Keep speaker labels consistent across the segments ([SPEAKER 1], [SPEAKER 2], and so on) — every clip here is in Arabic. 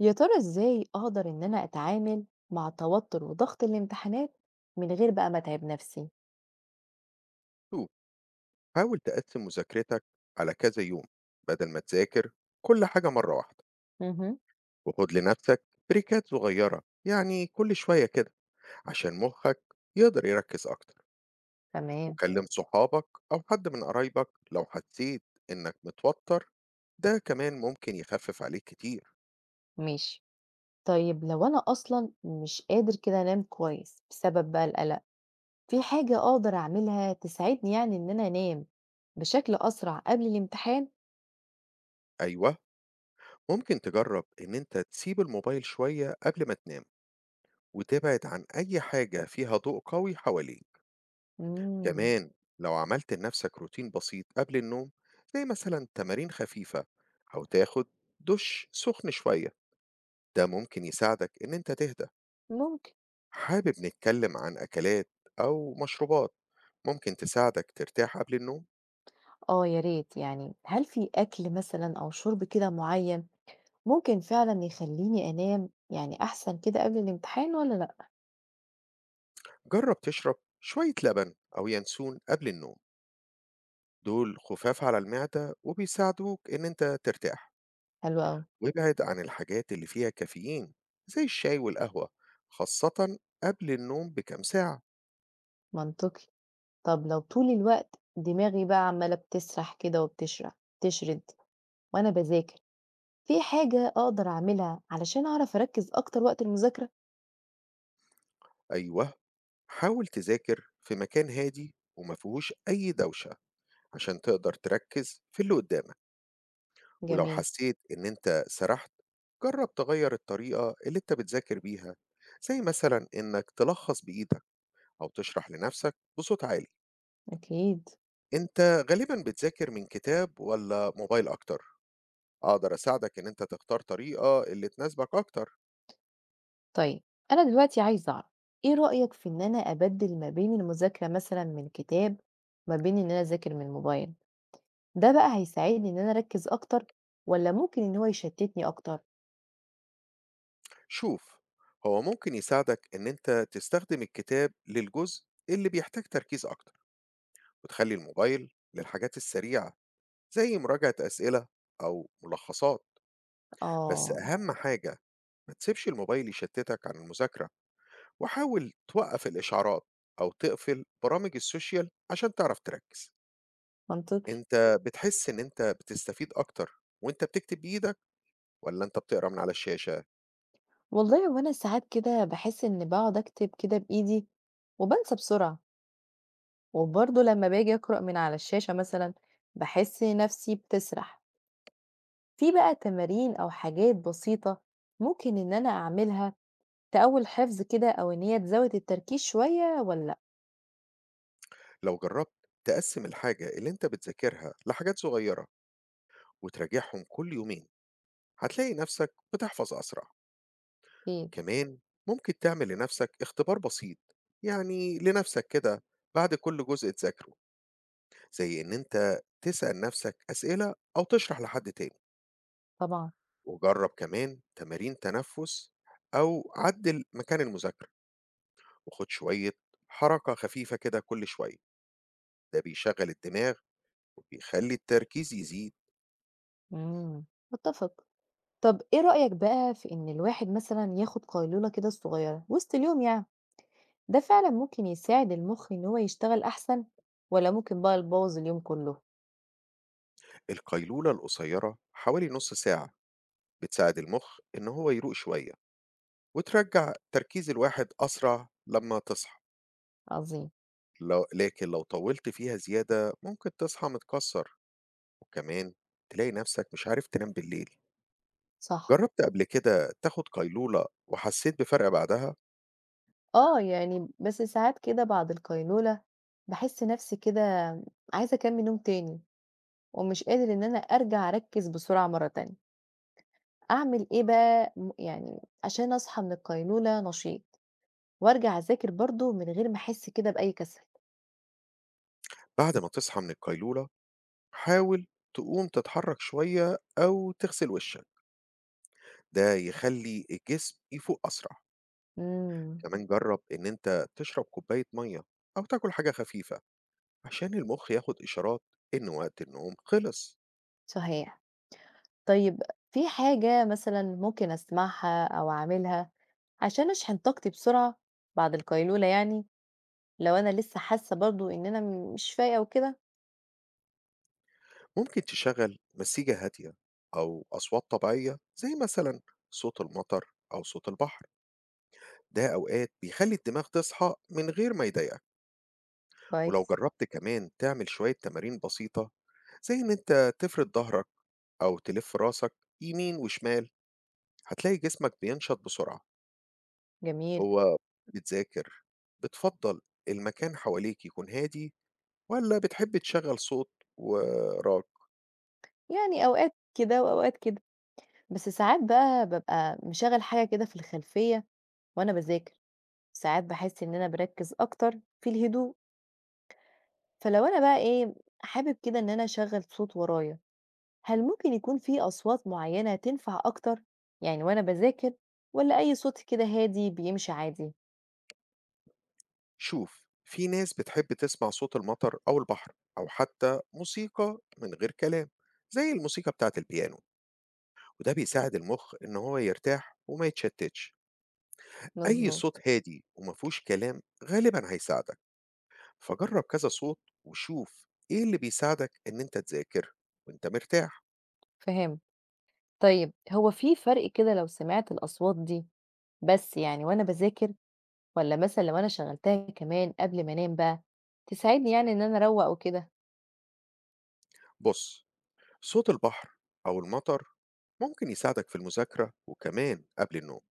[SPEAKER 1] يا ترى إزاي أقدر إن أنا أتعامل مع توتر وضغط الامتحانات من غير ما أتعب نفسي؟
[SPEAKER 2] شوف، حاول تقسم مذاكرتك على كذا يوم بدل ما تذاكر كل حاجة مرة واحدة.
[SPEAKER 1] مهم.
[SPEAKER 2] وخد لنفسك بريكات صغيرة يعني كل شوية كده عشان مخك يقدر يركز أكتر.
[SPEAKER 1] تمام.
[SPEAKER 2] وكلم صحابك أو حد من قرايبك لو حسيت إنك متوتر، ده كمان ممكن يخفف عليك كتير.
[SPEAKER 1] ماشي. طيب، لو أنا أصلا مش قادر كده أنام كويس بسبب القلق، في حاجة أقدر أعملها تساعدني إن أنا أنام بشكل أسرع قبل الامتحان؟
[SPEAKER 2] أيوة، ممكن تجرب إن أنت تسيب الموبايل شوية قبل ما تنام، وتبعد عن أي حاجة فيها ضوء قوي حواليك.
[SPEAKER 1] مم.
[SPEAKER 2] كمان لو عملت لنفسك روتين بسيط قبل النوم، زي مثلا تمارين خفيفة، أو تاخد دش سخن شوية، ده ممكن يساعدك إن أنت تهدى.
[SPEAKER 1] ممكن.
[SPEAKER 2] حابب نتكلم عن أكلات أو مشروبات ممكن تساعدك ترتاح قبل النوم؟
[SPEAKER 1] آه يا ريت، هل في أكل مثلا أو شرب كده معين ممكن فعلا يخليني أنام أحسن كده قبل الامتحان ولا لأ؟
[SPEAKER 2] جرب تشرب شوية لبن أو ينسون قبل النوم، دول خفاف على المعدة وبيساعدوك إن أنت ترتاح.
[SPEAKER 1] حلو أوي.
[SPEAKER 2] وابعد عن الحاجات اللي فيها كافيين، زي الشاي والقهوة، خاصة قبل النوم بكام ساعة.
[SPEAKER 1] منطقي. طب لو طول الوقت دماغي بقى عمالة بتسرح كده تشرد وأنا بذاكر، في حاجة أقدر أعملها علشان أعرف أركز أكتر وقت المذاكرة؟
[SPEAKER 2] أيوه، حاول تذاكر في مكان هادي وما فيهوش أي دوشة، عشان تقدر تركز في اللي قدامك. ولو
[SPEAKER 1] جميل.
[SPEAKER 2] حسيت إن أنت سرحت، جرب تغير الطريقة اللي أنت بتذاكر بيها، زي مثلا إنك تلخص بإيدك أو تشرح لنفسك بصوت عالي.
[SPEAKER 1] أكيد.
[SPEAKER 2] أنت غالبا بتذاكر من كتاب ولا موبايل أكتر؟ أقدر أساعدك إن أنت تختار طريقة اللي تناسبك أكتر.
[SPEAKER 1] طيب، أنا دلوقتي عايزة أعرف إيه رأيك في إن أنا أبدل ما بين المذاكرة مثلا من كتاب ما بين إن أنا أذاكر من الموبايل، ده بقى هيساعدني إن أنا أركز أكتر ولا ممكن إن هو يشتتني أكتر؟
[SPEAKER 2] شوف، هو ممكن يساعدك إن أنت تستخدم الكتاب للجزء اللي بيحتاج تركيز أكتر، وتخلّي الموبايل للحاجات السريعة، زي مراجعة أسئلة أو ملخصات. بس
[SPEAKER 1] آه.
[SPEAKER 2] أهم حاجة، ما تسيبش الموبايل يشتتك عن المذاكرة، وحاول توقّف الإشعارات أو تقفل برامج السوشيال عشان تعرف تركّز.
[SPEAKER 1] منطقي.
[SPEAKER 2] أنت بتحس إن أنت بتستفيد أكتر وأنت بتكتب بإيدك، والّا أنت بتقرا من على الشاشة؟
[SPEAKER 1] والله، وأنا ساعات كده بحس إن بقعد أكتب كده بإيدي وبنسى بسرعة، وبرضه لمّا باجي أقرأ من على الشاشة مثلًا، باحس نَفْسي بتسرح. في تمارين أو حاجات بسيطة ممكن إن أنا أعملها تقوي الحفظ كده أو إن هي تزوّد التركيز شوية والّا لأ؟
[SPEAKER 2] لو جرّبت تقسّم الحاجة اللي أنت بتذاكرها لحاجات صغيرة وتراجعهم كل يومين، هتلاقي نفسك بتحفظ أسرع.
[SPEAKER 1] أكيد.
[SPEAKER 2] كمان ممكن تعمل لنفسك اختبار بسيط، يعني لنفسك كده بعد كل جزء تذاكره، زي إن أنت تسأل نفسك أسئلة أو تشرح لحد تاني.
[SPEAKER 1] طبعًا.
[SPEAKER 2] وجرب كمان تمارين تنفس، أو عدل مكان المذاكرة، وخد شوية حركة خفيفة كده كل شوية، ده بيشغل الدماغ وبيخلي التركيز يزيد.
[SPEAKER 1] إمم، متّفقة. طَب إيه رأيك في إن الواحد مثلًا ياخُد قيلولة كده صغيّرة وسط اليوم، ده فعلًا ممكن يساعد المُخ إن هو يشتغل أحسن والّا ممكن يبوّظ اليوم كُلّه؟
[SPEAKER 2] القيلولة القصيرة حوالي نص ساعة بتساعد المخ إن هو يروق شوية، وترجع تركيز الواحد أسرع لما تصحى.
[SPEAKER 1] عظيم.
[SPEAKER 2] لكن لو طوّلت فيها زيادة ممكن تصحى متكسّر، وكمان تلاقي نفسك مش عارف تنام بالليل.
[SPEAKER 1] صح.
[SPEAKER 2] جرّبت قبل كده تاخد قيلولة وحسّيت بفرق بعدها؟
[SPEAKER 1] آه، بس ساعات كده بعد القيلولة باحس نفسي كده عايزة أكمّل نوم تاني، ومش قادر إن أنا أرجع أركّز بسرعة مرّة تانية. أعمل إيه بقى م يعني عشان أصحى من القيلولة نشيط، وأرجع أذاكر برضه من غير ما أحس كده بأي كسل؟
[SPEAKER 2] بعد ما تصحى من القيلولة، حاول تقوم تتحرّك شوية أو تغسل وشّك، ده يخلّي الجسم يفوق أسرع.
[SPEAKER 1] إمم.
[SPEAKER 2] كمان جرّب إن أنت تشرب كوباية مَيّة أو تاكل حاجة خفيفة، عشان المخ ياخد إشارات إن وقت النوم خلص.
[SPEAKER 1] صحيح. طيب، في حاجة مثلًا ممكن أسمعها أو أعملها عشان أشحن طاقتي بسرعة بعد القيلولة، لو أنا لسه حاسة برضه إن أنا مش فايقة وكده؟
[SPEAKER 2] ممكن تشغل مزيكا هادية، أو أصوات طبيعية زي مثلا صوت المطر أو صوت البحر، ده أوقات بيخلي الدماغ تصحى من غير ما يضايقك. ولو
[SPEAKER 1] كويس.
[SPEAKER 2] جربت كمان تعمل شوية تمارين بسيطة، زي إن أنت تفرد ظهرك أو تلف راسك يمين وشمال، هتلاقي جسمك بينشط بسرعة.
[SPEAKER 1] جميل.
[SPEAKER 2] هو بتذاكر بتفضل المكان حواليك يكون هادي، ولا بتحب تشغل صوت وراك؟
[SPEAKER 1] يعني أوقات كده وأوقات كده، بس ساعات بابقى مشغّل حاجة كده في الخلفية وأنا باذاكر، ساعات باحس إن أنا باركّز أكتر في الهدوء، فلو أنا بقى إيه، حابب كده إن أنا أشغّل صوت ورايا، هل ممكن يكون في أصوات معيّنة تنفع أكتر، وأنا باذاكر والّا أي صوت كده هادي بيمشي عادي؟
[SPEAKER 2] شوف، في ناس بتحب تسمع صوت المطر أو البحر، أو حتى موسيقى من غير كلام زي الموسيقى بتاعة البيانو، وده بيساعد المخ إن هو يرتاح وما يتشتتش. أي
[SPEAKER 1] مضبوط.
[SPEAKER 2] صوت هادي ومفهوش كلام غالبا هيساعدك، فجرب كذا صوت وشوف إيه اللي بيساعدك إن أنت تذاكر وأنت مرتاح.
[SPEAKER 1] فهمت. طيب، هو في فرق كده لو سمعت الأصوات دي، بس وأنا باذاكر، والّا مثلًا لو أنا شغّلتها كمان قبل ما أنام تساعدني إن أنا أروّق وكده؟
[SPEAKER 2] بص، صوت البحر أو المطر ممكن يساعدك في المذاكرة وكمان قبل النوم،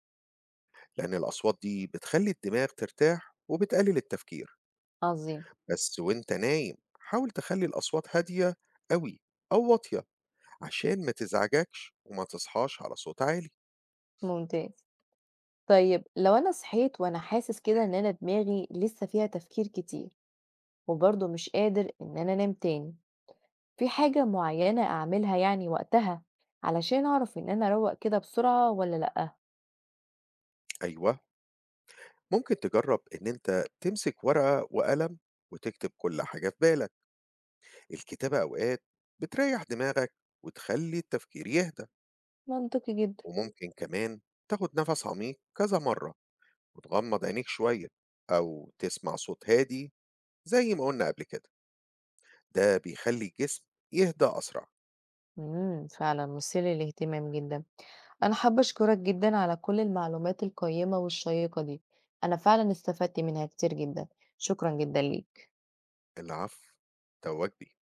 [SPEAKER 2] لأن الأصوات دي بتخلي الدماغ ترتاح وبتقلل التفكير.
[SPEAKER 1] عظيم.
[SPEAKER 2] بس وانت نايم حاول تخلي الأصوات هادية أوي أو واطية، عشان ما تزعجكش وما تصحاش على صوت عالي.
[SPEAKER 1] ممتاز. طيب لو أنا صحيت وأنا حاسس كده إن أنا دماغي لسه فيها تفكير كتير، وبرضه مش قادر إن أنا أنام تاني، في حاجة معيّنة أعملها وقتها علشان أعرف إن أنا أروّق كده بسرعة والّا لأ؟
[SPEAKER 2] أيوة، ممكن تجرب إن أنت تمسك ورقة وقلم وتكتب كل حاجة في بالك، الكتابة أوقات بتريح دماغك وتخلي التفكير يهدى.
[SPEAKER 1] منطقي جدًا.
[SPEAKER 2] وممكن كمان تاخد نفس عميق كذا مرة، وتغمض عينيك شوية، أو تسمع صوت هادي زي ما قلنا قبل كده، ده بيخلي الجسم يهدى أسرع.
[SPEAKER 1] إمم، فعلًا مثير للاهتمام جدًا. أنا حابة أشكرك جدًا على كل المعلومات القيّمة والشيّقة دي، أنا فعلًا استفدت منها كتير جدًا، شكرًا جدًا ليك.
[SPEAKER 2] العفو، ده واجبي.